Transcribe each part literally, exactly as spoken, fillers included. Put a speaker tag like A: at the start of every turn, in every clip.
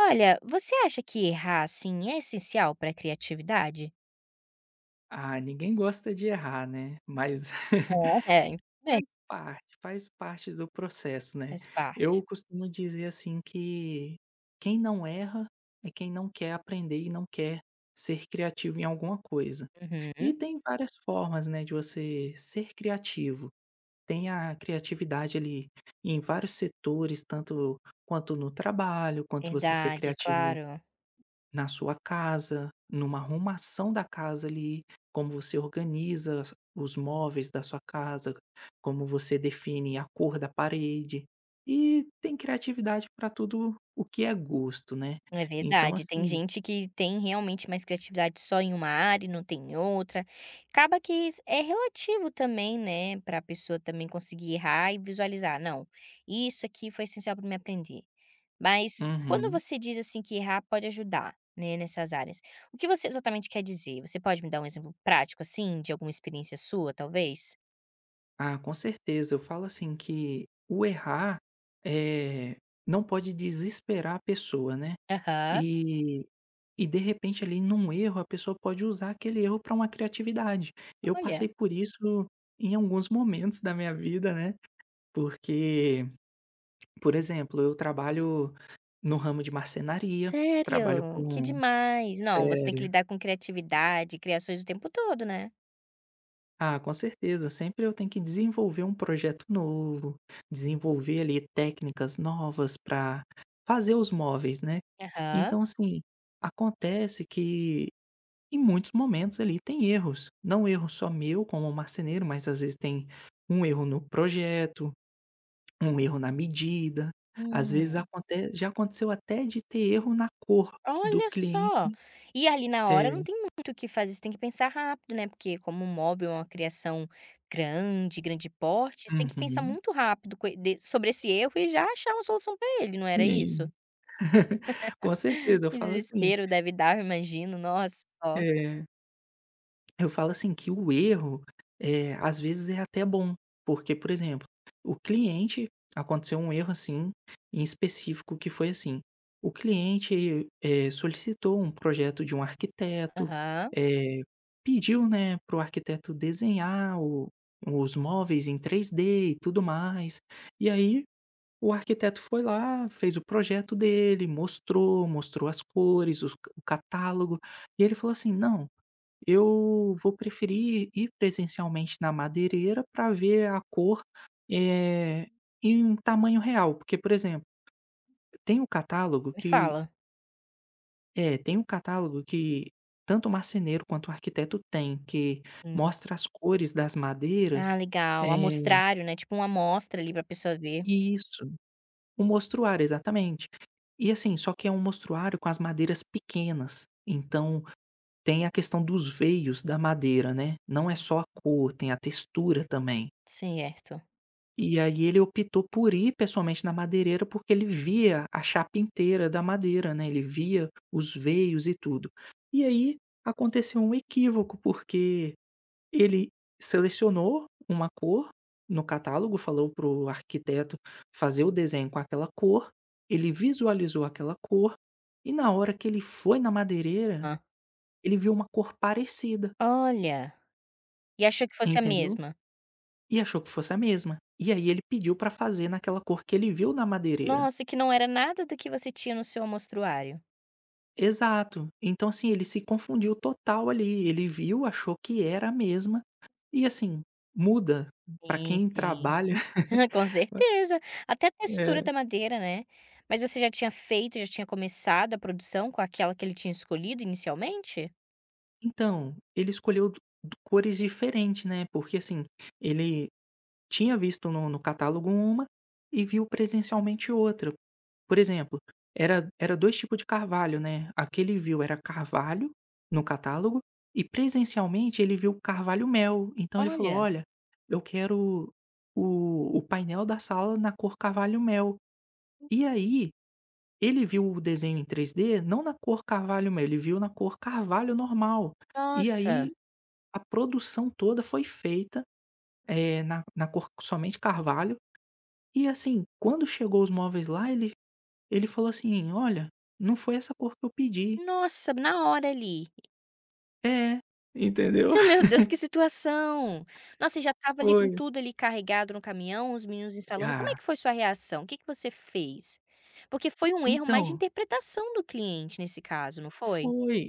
A: Olha, você acha que errar, assim, é essencial para a criatividade?
B: Ah, ninguém gosta de errar, né, mas
A: É, é, bem.
B: faz parte, faz parte do processo, né.
A: Faz parte.
B: Eu costumo dizer, assim, que quem não erra é quem não quer aprender e não quer ser criativo em alguma coisa. E
A: Uhum.
B: tem várias formas, né, de você ser criativo. Tem a criatividade ali em vários setores, tanto quanto no trabalho, quanto você ser
A: Verdade,
B: criativo
A: claro.
B: na sua casa, numa arrumação da casa ali, como você organiza as- os móveis da sua casa, como você define a cor da parede. E tem criatividade para tudo o que é gosto, né?
A: É
B: Então,
A: verdade. Tem
B: assim.
A: gente que tem realmente mais criatividade só em uma área e não tem em outra. Acaba que is- é relativo também, né? Para a pessoa também conseguir errar e visualizar. Não, isso aqui foi essencial para me aprender. Mas quando
B: Uhum.
A: você diz, assim, que errar pode ajudar, né, nessas áreas, o que você exatamente quer dizer? Você pode me dar um exemplo prático, assim, de alguma experiência sua, talvez?
B: Ah, com certeza. Eu falo assim que o errar é, não pode desesperar a pessoa, né?
A: Aham.
B: E e de repente ali num erro, a pessoa pode usar aquele erro para uma criatividade. Eu
A: Olha,
B: passei por isso em alguns momentos da minha vida, né, porque, por exemplo, eu trabalho no ramo de marcenaria, trabalho
A: sério? Que
B: com
A: demais! Não, você tem que
B: sério.
A: lidar com criatividade, criações o tempo todo, né?
B: Ah, com certeza, sempre eu tenho que desenvolver um projeto novo, desenvolver ali técnicas novas para fazer os móveis, né.
A: Aham.
B: Então assim, acontece que em muitos momentos ali tem erros, não erro só meu como marceneiro, mas às vezes tem um erro no projeto, um erro na medida, às vezes
A: Hum.
B: aconte já aconteceu até de ter erro na cor do
A: Olha só!
B: cliente
A: E ali na hora
B: é,
A: não tem muito o que fazer, você tem que pensar rápido, né, porque como um móvel é uma criação grande, grande porte, você tem que pensar
B: uhum,
A: muito rápido coi de sobre esse erro e já achar uma solução pra ele, não era isso?
B: sim, com certeza eu
A: Que
B: falo assim,
A: desespero deve dar, eu imagino, nossa! Só.
B: é eu falo assim que o erro, eh, às vezes é até bom, porque, por exemplo, o cliente aconteceu um erro assim, em específico que foi assim, o cliente, eh, solicitou um projeto de um arquiteto,
A: Aham.
B: eh, pediu, né, para o arquiteto desenhar o os móveis em três D e tudo mais, e aí o arquiteto foi lá, fez o projeto dele, mostrou, mostrou as cores, os o catálogo, e ele falou assim: "Não, eu vou preferir ir presencialmente na madeireira para ver a cor, eh, em tamanho real, porque, por exemplo, tem um catálogo
A: Me
B: que
A: fala.
B: é, tem um catálogo que tanto o marceneiro quanto o arquiteto tem, que
A: Hum.
B: mostra as cores das
A: Ah,
B: madeiras
A: legal,
B: eh
A: amostrário, né, tipo uma amostra ali pra pessoa ver.
B: isso, o mostruário, exatamente. E assim, só que é um mostruário com as madeiras pequenas, então tem a questão dos veios da madeira, né, não é só a cor, tem a textura também.
A: Certo.
B: E aí ele optou por ir pessoalmente na madeireira, porque ele via a chapa inteira da madeira, né, ele via os veios e tudo. E aí aconteceu um equívoco, porque ele selecionou uma cor no catálogo, falou para o arquiteto fazer o desenho com aquela cor, ele visualizou aquela cor e na hora que ele foi na madeireira,
A: Hã.
B: ele viu uma cor parecida,
A: Olha! E achou que fosse a
B: entendeu?
A: mesma?
B: E achou que fosse a mesma. E aí ele pediu para fazer naquela cor que ele viu na madeireira.
A: Nossa, e que não era nada do que você tinha no seu amostruário.
B: Exato. Então, assim, ele se confundiu total ali, ele viu, achou que era a mesma, e assim, muda, pra
A: Sim,
B: quem
A: sim.
B: trabalha
A: Com certeza. Até a textura
B: é.
A: da madeira, né. Mas você já tinha feito, já tinha começado a produção com aquela que ele tinha escolhido inicialmente?
B: Então, ele escolheu d d cores diferentes, né, porque assim, ele tinha visto no no catálogo uma, e viu presencialmente outra. Por exemplo, era era dois tipos de carvalho, né, aquele viu era carvalho, no catálogo, e presencialmente ele viu carvalho mel, então ele falou:
A: Olha,
B: "Olha, eu quero o o painel da sala na cor carvalho mel". E aí, ele viu o desenho em três D não na cor carvalho mel, ele viu na cor carvalho normal. E
A: nossa,
B: aí, a produção toda foi feita, eh, na na cor somente carvalho, e assim, quando chegou os móveis lá ele ele falou assim: "Olha, não foi essa cor que eu pedi".
A: nossa, na hora ali.
B: "É". Entendeu?
A: Meu Deus, que situação. Nossa, e já estava ali com
B: "Foi".
A: tudo ali carregado no caminhão, os meninos instalando. Como é
B: "Já".
A: que foi sua reação? O que que você fez? Porque foi um erro mais de
B: "Então".
A: interpretação do cliente nesse caso, não foi?
B: "Foi".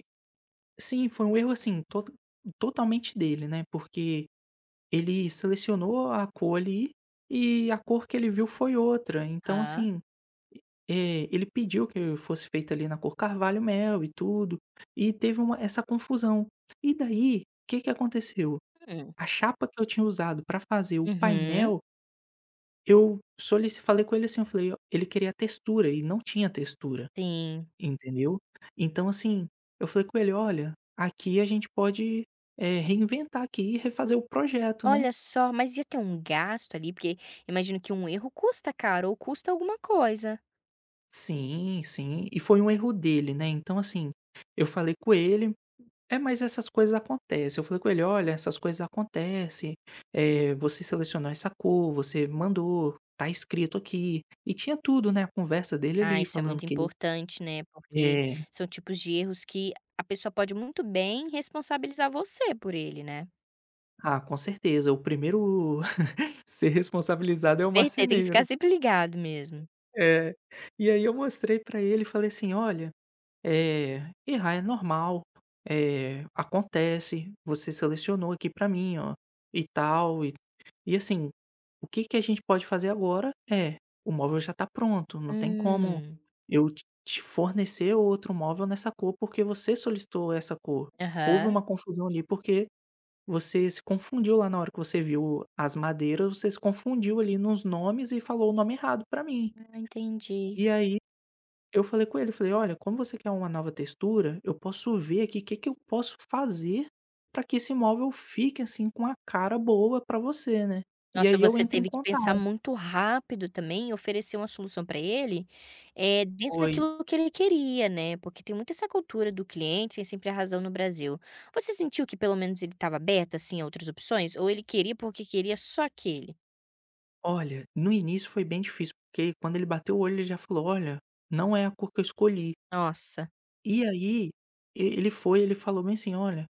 B: Sim, foi um erro, assim, tota totalmente dele, né, porque ele selecionou a cor ali, e a cor que ele viu foi outra. Então,
A: Hã.
B: assim, eh, ele pediu que fosse feita ali na cor carvalho mel e tudo, e teve uma essa confusão. E daí, o que que aconteceu?
A: Hum.
B: A chapa que eu tinha usado para fazer o
A: Uhum.
B: painel Eu solici falei com ele assim, eu falei: "Ó", ele queria a textura e não tinha textura,
A: Sim.
B: entendeu. Então assim, eu falei com ele: "Olha, aqui a gente pode, eh, reinventar aqui e refazer o projeto, né".
A: Olha só, mas ia ter um gasto ali, porque imagino que um erro custa caro ou custa alguma coisa.
B: Sim, sim. E foi um erro dele, né, então assim, eu falei com ele é, mas essas coisas acontecem. Eu falei com ele: "Olha, essas coisas acontecem, eh, você selecionou essa cor, você mandou, tá escrito aqui". E tinha tudo, né, a conversa dele
A: Ah,
B: ali
A: isso é
B: falando
A: muito
B: que ele
A: importante, né? Porque
B: é.
A: são tipos de erros que a pessoa pode muito bem responsabilizar você por ele, né?
B: Ah, com certeza, o primeiro ser responsabilizado é o
A: Espertei, tem que ficar
B: marceneiro.
A: sempre ligado mesmo.
B: É. E aí eu mostrei pra ele e falei assim: "Olha, eh, errar é normal, eh, acontece, você selecionou aqui pra mim, ó, e tal, e e assim, o que que a gente pode fazer agora é, o móvel já tá pronto, não tem como
A: Hum,
B: eu te te fornecer outro móvel nessa cor, porque você solicitou essa cor. Houve
A: aham.
B: uma confusão ali, porque você se confundiu lá na hora que você viu as madeiras, você se confundiu ali nos nomes e falou o nome errado pra mim.
A: Ah, entendi.
B: E aí, eu falei com ele, falei: "Olha, como você quer uma nova textura, eu posso ver aqui o que que eu posso fazer para que esse móvel fique, assim, com a cara boa para você, né". E
A: Nossa,
B: aí eu
A: você
B: entro em
A: teve que pensar
B: contato.
A: muito rápido também e oferecer uma solução para ele, eh, dentro
B: Foi.
A: daquilo que ele queria, né, porque tem muito essa cultura do cliente tem sempre a razão no Brasil. Você sentiu que pelo menos ele estava aberto, assim, a outras opções? Ou ele queria porque queria só aquele?
B: Olha, no início foi bem difícil, porque quando ele bateu o olho ele já falou: "Olha, não é a cor que eu escolhi".
A: Nossa.
B: E aí, e ele foi, ele falou bem assim: "Olha",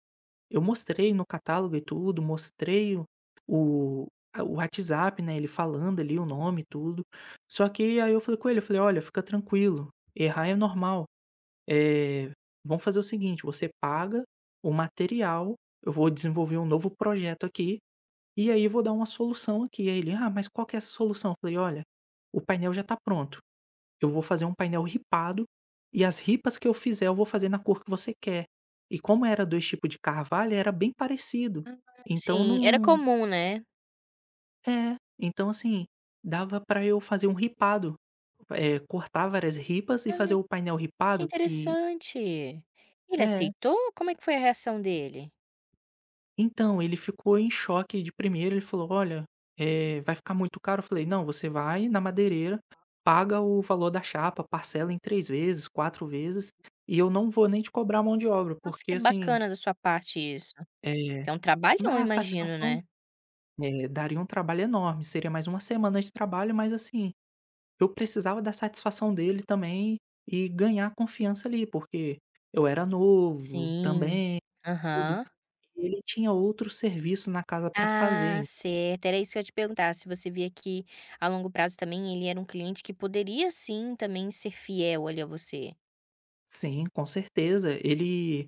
B: eu mostrei no catálogo e tudo, mostrei o o a o WhatsApp, né, ele falando ali o nome e tudo. Só que aí eu falei com ele, eu falei: "Olha, fica tranquilo, errar é normal, eh, vamos fazer o seguinte, você paga o material, eu vou desenvolver um novo projeto aqui, e aí vou dar uma solução aqui". Aí ele: "Ah, mas qual que é essa solução?". Eu falei: "Olha, o painel já tá pronto, eu vou fazer um painel ripado, e as ripas que eu fizer eu vou fazer na cor que você quer. E como era dois tipos de carvalho, era bem parecido.
A: Ah,
B: Então
A: sim, era
B: não
A: comum, né.
B: é, então assim, dava pra eu fazer um ripado, eh, cortar várias ripas e fazer
A: Olha,
B: o painel
A: que
B: ripado que
A: interessante. Ele
B: É.
A: aceitou? Como é que foi a reação dele?
B: Então, ele ficou em choque de primeira, ele falou: "Olha, eh, vai ficar muito caro?" Eu falei: "Não, você vai na madeireira, paga o valor da chapa, parcela em três vezes, quatro vezes, e eu não vou nem te cobrar mão de obra,
A: Nossa,
B: porque
A: que
B: assim".
A: bacana da sua parte isso.
B: É,
A: É um trabalhão,
B: ma a
A: imagino,
B: satisfação
A: né.
B: é, daria um trabalho enorme, seria mais uma semana de trabalho, mas assim, eu precisava da satisfação dele também e ganhar confiança ali, porque eu era novo
A: Sim.
B: também, tudo,
A: Aham.
B: e ele tinha outro serviço na casa para fazer,
A: Ah,
B: en...
A: certo. Era isso que eu ia te perguntar, se você via que a longo prazo também ele era um cliente que poderia sim também ser fiel ali a você.
B: Sim, com certeza, ele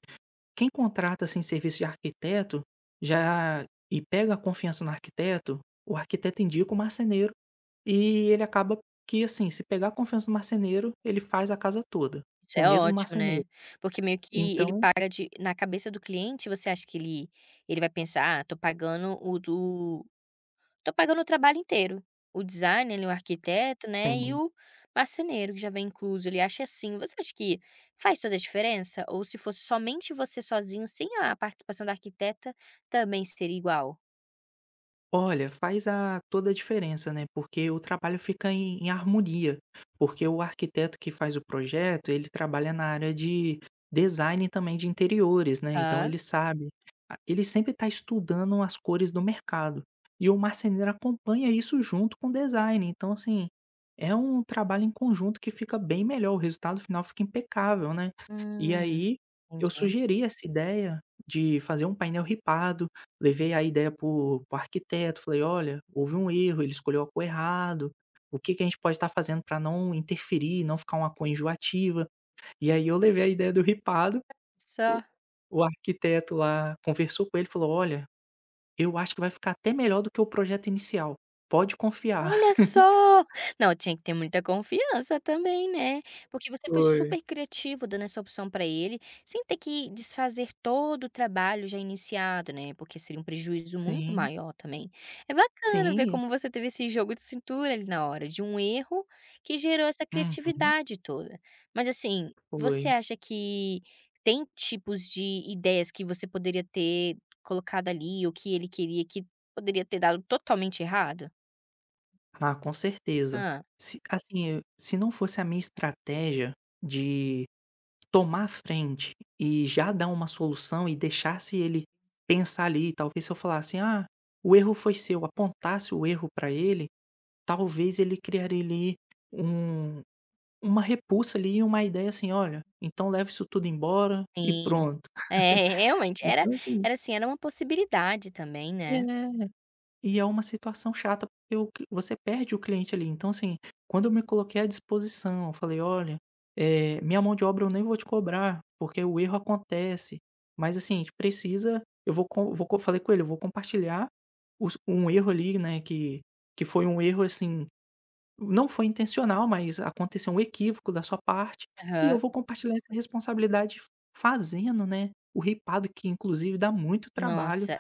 B: quem contrata, assim, serviço de arquiteto, já e pega a confiança no arquiteto, o arquiteto indica o marceneiro. E ele acaba que, assim, se pegar a confiança do marceneiro, ele faz a casa toda,
A: Isso
B: com o
A: é
B: mesmo
A: ótimo, né.
B: marceneiro.
A: Porque meio que ele
B: Então
A: paga de na cabeça do cliente você acha que ele ele vai pensar: "Ah, tô pagando o do tô pagando o trabalho inteiro, o designer ali, o arquiteto, né, e
B: sim.
A: o marceneiro que já vem incluso", ele acha assim. Você acha que faz toda a diferença ou se fosse somente você sozinho, sem a participação da arquiteta, também seria igual?
B: Olha, faz a toda a diferença, né, porque o trabalho fica em em harmonia, porque o arquiteto que faz o projeto, ele trabalha na área de design também de interiores, né, então
A: Hã.
B: ele sabe a ele sempre está estudando as cores do mercado, e o marceneiro acompanha isso junto com o design, então assim, é um trabalho em conjunto que fica bem melhor, o resultado final fica impecável, né. E
A: Hum,
B: aí, eu
A: entendi.
B: sugeri essa ideia de fazer um painel ripado, levei a ideia para o arquiteto, falei: "Olha, houve um erro, ele escolheu a cor errado, o que que a gente pode estar fazendo para não interferir, não ficar uma cor enjoativa?". E aí eu levei a ideia do ripado, o
A: Só,
B: o arquiteto lá conversou com ele, falou: "Olha, eu acho que vai ficar até melhor do que o projeto inicial, pode confiar".
A: olha só! Não, tinha que ter muita confiança também, né, porque você foi
B: Foi.
A: super criativo dando essa opção para ele, sem ter que desfazer todo o trabalho já iniciado, né, porque seria um prejuízo muito
B: Sim,
A: maior também. É bacana ver
B: sim.
A: como você teve esse jogo de cintura ali na hora, de um erro que gerou essa
B: Uhum,
A: criatividade toda. Mas, assim, você
B: foi.
A: acha que tem tipos de ideias que você poderia ter colocado ali, ou que ele queria que poderia ter dado totalmente errado?
B: Ah, com certeza.
A: Hã.
B: Se assim, eu- se não fosse a minha estratégia de tomar a frente e já dar uma solução e deixasse ele pensar ali, talvez se eu falasse: "Ah, o erro foi seu", apontasse o erro para ele, talvez ele criaria ali um uma repulsa ali e uma ideia assim: "Olha, então leva isso tudo embora e
A: Sim.
B: pronto".
A: É, realmente, era
B: Então assim
A: era assim, era uma possibilidade também,
B: é.
A: né.
B: E é uma situação chata, porque o cli você perde o cliente ali. Então, assim, quando eu me coloquei à disposição, eu falei: "Olha, eh, minha mão de obra eu nem vou te cobrar, porque o erro acontece, mas assim, a gente precisa eu vou com vou co" falei com ele: "Eu vou compartilhar os um erro ali, né, que que foi um erro, assim, não foi intencional, mas aconteceu um equívoco da sua parte, e eu
A: Aham.
B: vou compartilhar essa responsabilidade fazendo, né, o ripado", que inclusive dá muito trabalho.
A: Nossa,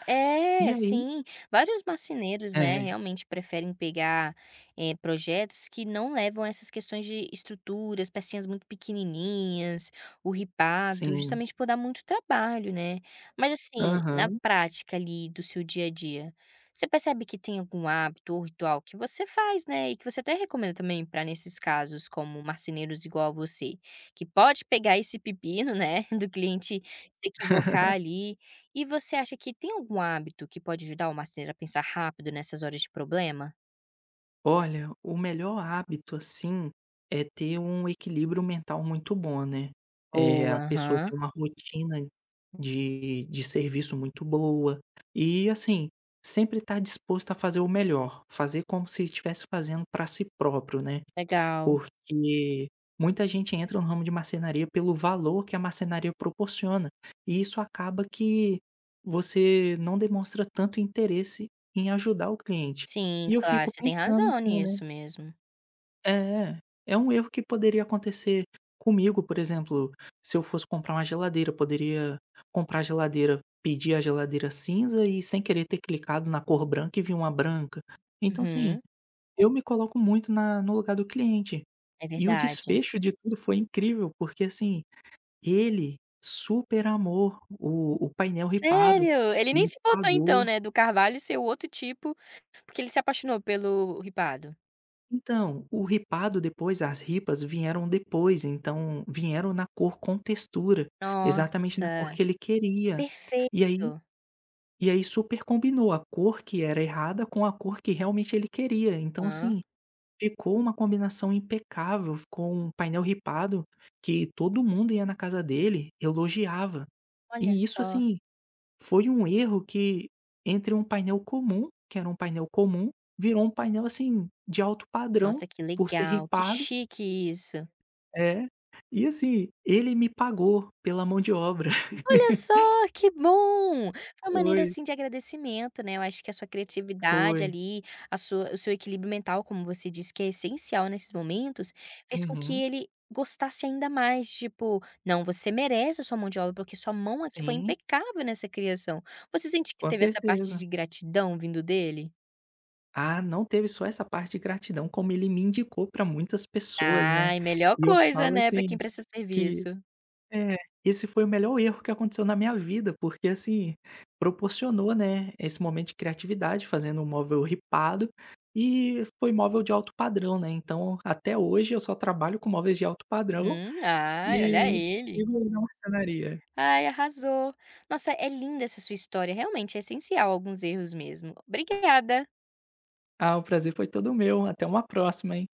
B: E
A: é,
B: aí
A: sim. Vários marceneiros, né,
B: é,
A: realmente preferem pegar, eh, projetos que não levam essas questões de estruturas, pecinhas muito pequenininhas, o ripado,
B: sim.
A: justamente por dar muito trabalho, né. Mas assim, na
B: Aham.
A: prática ali do seu dia a dia, você percebe que tem algum hábito ou ritual que você faz, né, e que você até recomenda também para nesses casos como marceneiros igual a você, que pode pegar esse pepino, né, do cliente se equivocar ali e você acha que tem algum hábito que pode ajudar o marceneiro a pensar rápido nessas horas de problema?
B: Olha, o melhor hábito, assim, é ter um equilíbrio mental muito bom, né. É
A: Boa,
B: a pessoa
A: aham.
B: ter uma rotina de de serviço muito boa e, assim, sempre estar disposto a fazer o melhor, fazer como se estivesse fazendo para si próprio, né.
A: Legal.
B: Porque muita gente entra no ramo de marcenaria pelo valor que a marcenaria proporciona, e isso acaba que você não demonstra tanto interesse em ajudar o cliente.
A: Sim,
B: E eu
A: claro,
B: fico
A: você tem
B: pensando
A: razão
B: assim, né,
A: nisso mesmo.
B: é, é um erro que poderia acontecer comigo, por exemplo, se eu fosse comprar uma geladeira, eu poderia comprar a geladeira, pedir a geladeira cinza e sem querer ter clicado na cor branca e vi uma branca. Então assim
A: Uhum,
B: eu me coloco muito na no lugar do cliente.
A: é
B: E o
A: verdade.
B: desfecho de tudo foi incrível, porque, assim, ele super amou o o painel ripado,
A: Sério? Ele nem
B: ele
A: se importou então,
B: pagou
A: né, do carvalho ser o outro tipo, porque ele se apaixonou pelo ripado?
B: então, o ripado depois as ripas vieram depois, então vieram na cor com textura, exatamente na cor
A: Nossa,
B: que ele queria.
A: perfeito.
B: E aí e aí super combinou a cor que era errada com a cor que realmente ele queria, então
A: Hã,
B: assim ficou uma combinação impecável, ficou um painel ripado que todo mundo ia na casa dele, elogiava.
A: olha
B: E isso,
A: só.
B: assim, foi um erro que entre um painel comum, que era um painel comum, virou um painel, assim, de alto padrão
A: Nossa, que
B: por ser
A: legal, que
B: ripado
A: chique isso.
B: é. E assim, ele me pagou pela mão de obra.
A: Olha só, que bom! Foi uma maneira,
B: Foi,
A: assim, de agradecimento, né, eu acho que a sua criatividade
B: foi.
A: ali, a sua o seu equilíbrio mental, como você disse que é essencial nesses momentos, fez com que
B: Uhum.
A: ele gostasse ainda mais, tipo: "Não, você merece a sua mão de obra, porque sua mão aqui foi
B: Sim,
A: impecável nessa criação". Você sente que
B: com
A: teve essa parte
B: certeza.
A: de gratidão vindo dele?
B: Ah, não teve só essa parte de gratidão, como ele me indicou pra muitas pessoas, né.
A: Ai, melhor
B: E eu
A: coisa,
B: falo
A: né, pra quem
B: assim
A: presta
B: que
A: serviço.
B: é, esse foi o melhor erro que aconteceu na minha vida, porque assim, proporcionou, né, esse momento de criatividade fazendo um móvel ripado, e foi móvel de alto padrão, né, então até hoje eu só trabalho com móveis de alto padrão
A: Uhum. Ai, olha
B: e
A: ele.
B: sigo na marcenaria.
A: Ai, arrasou. Nossa, é linda essa sua história. Realmente é essencial alguns erros mesmo. Obrigada.
B: Ah, o prazer foi todo meu, até uma próxima, hein.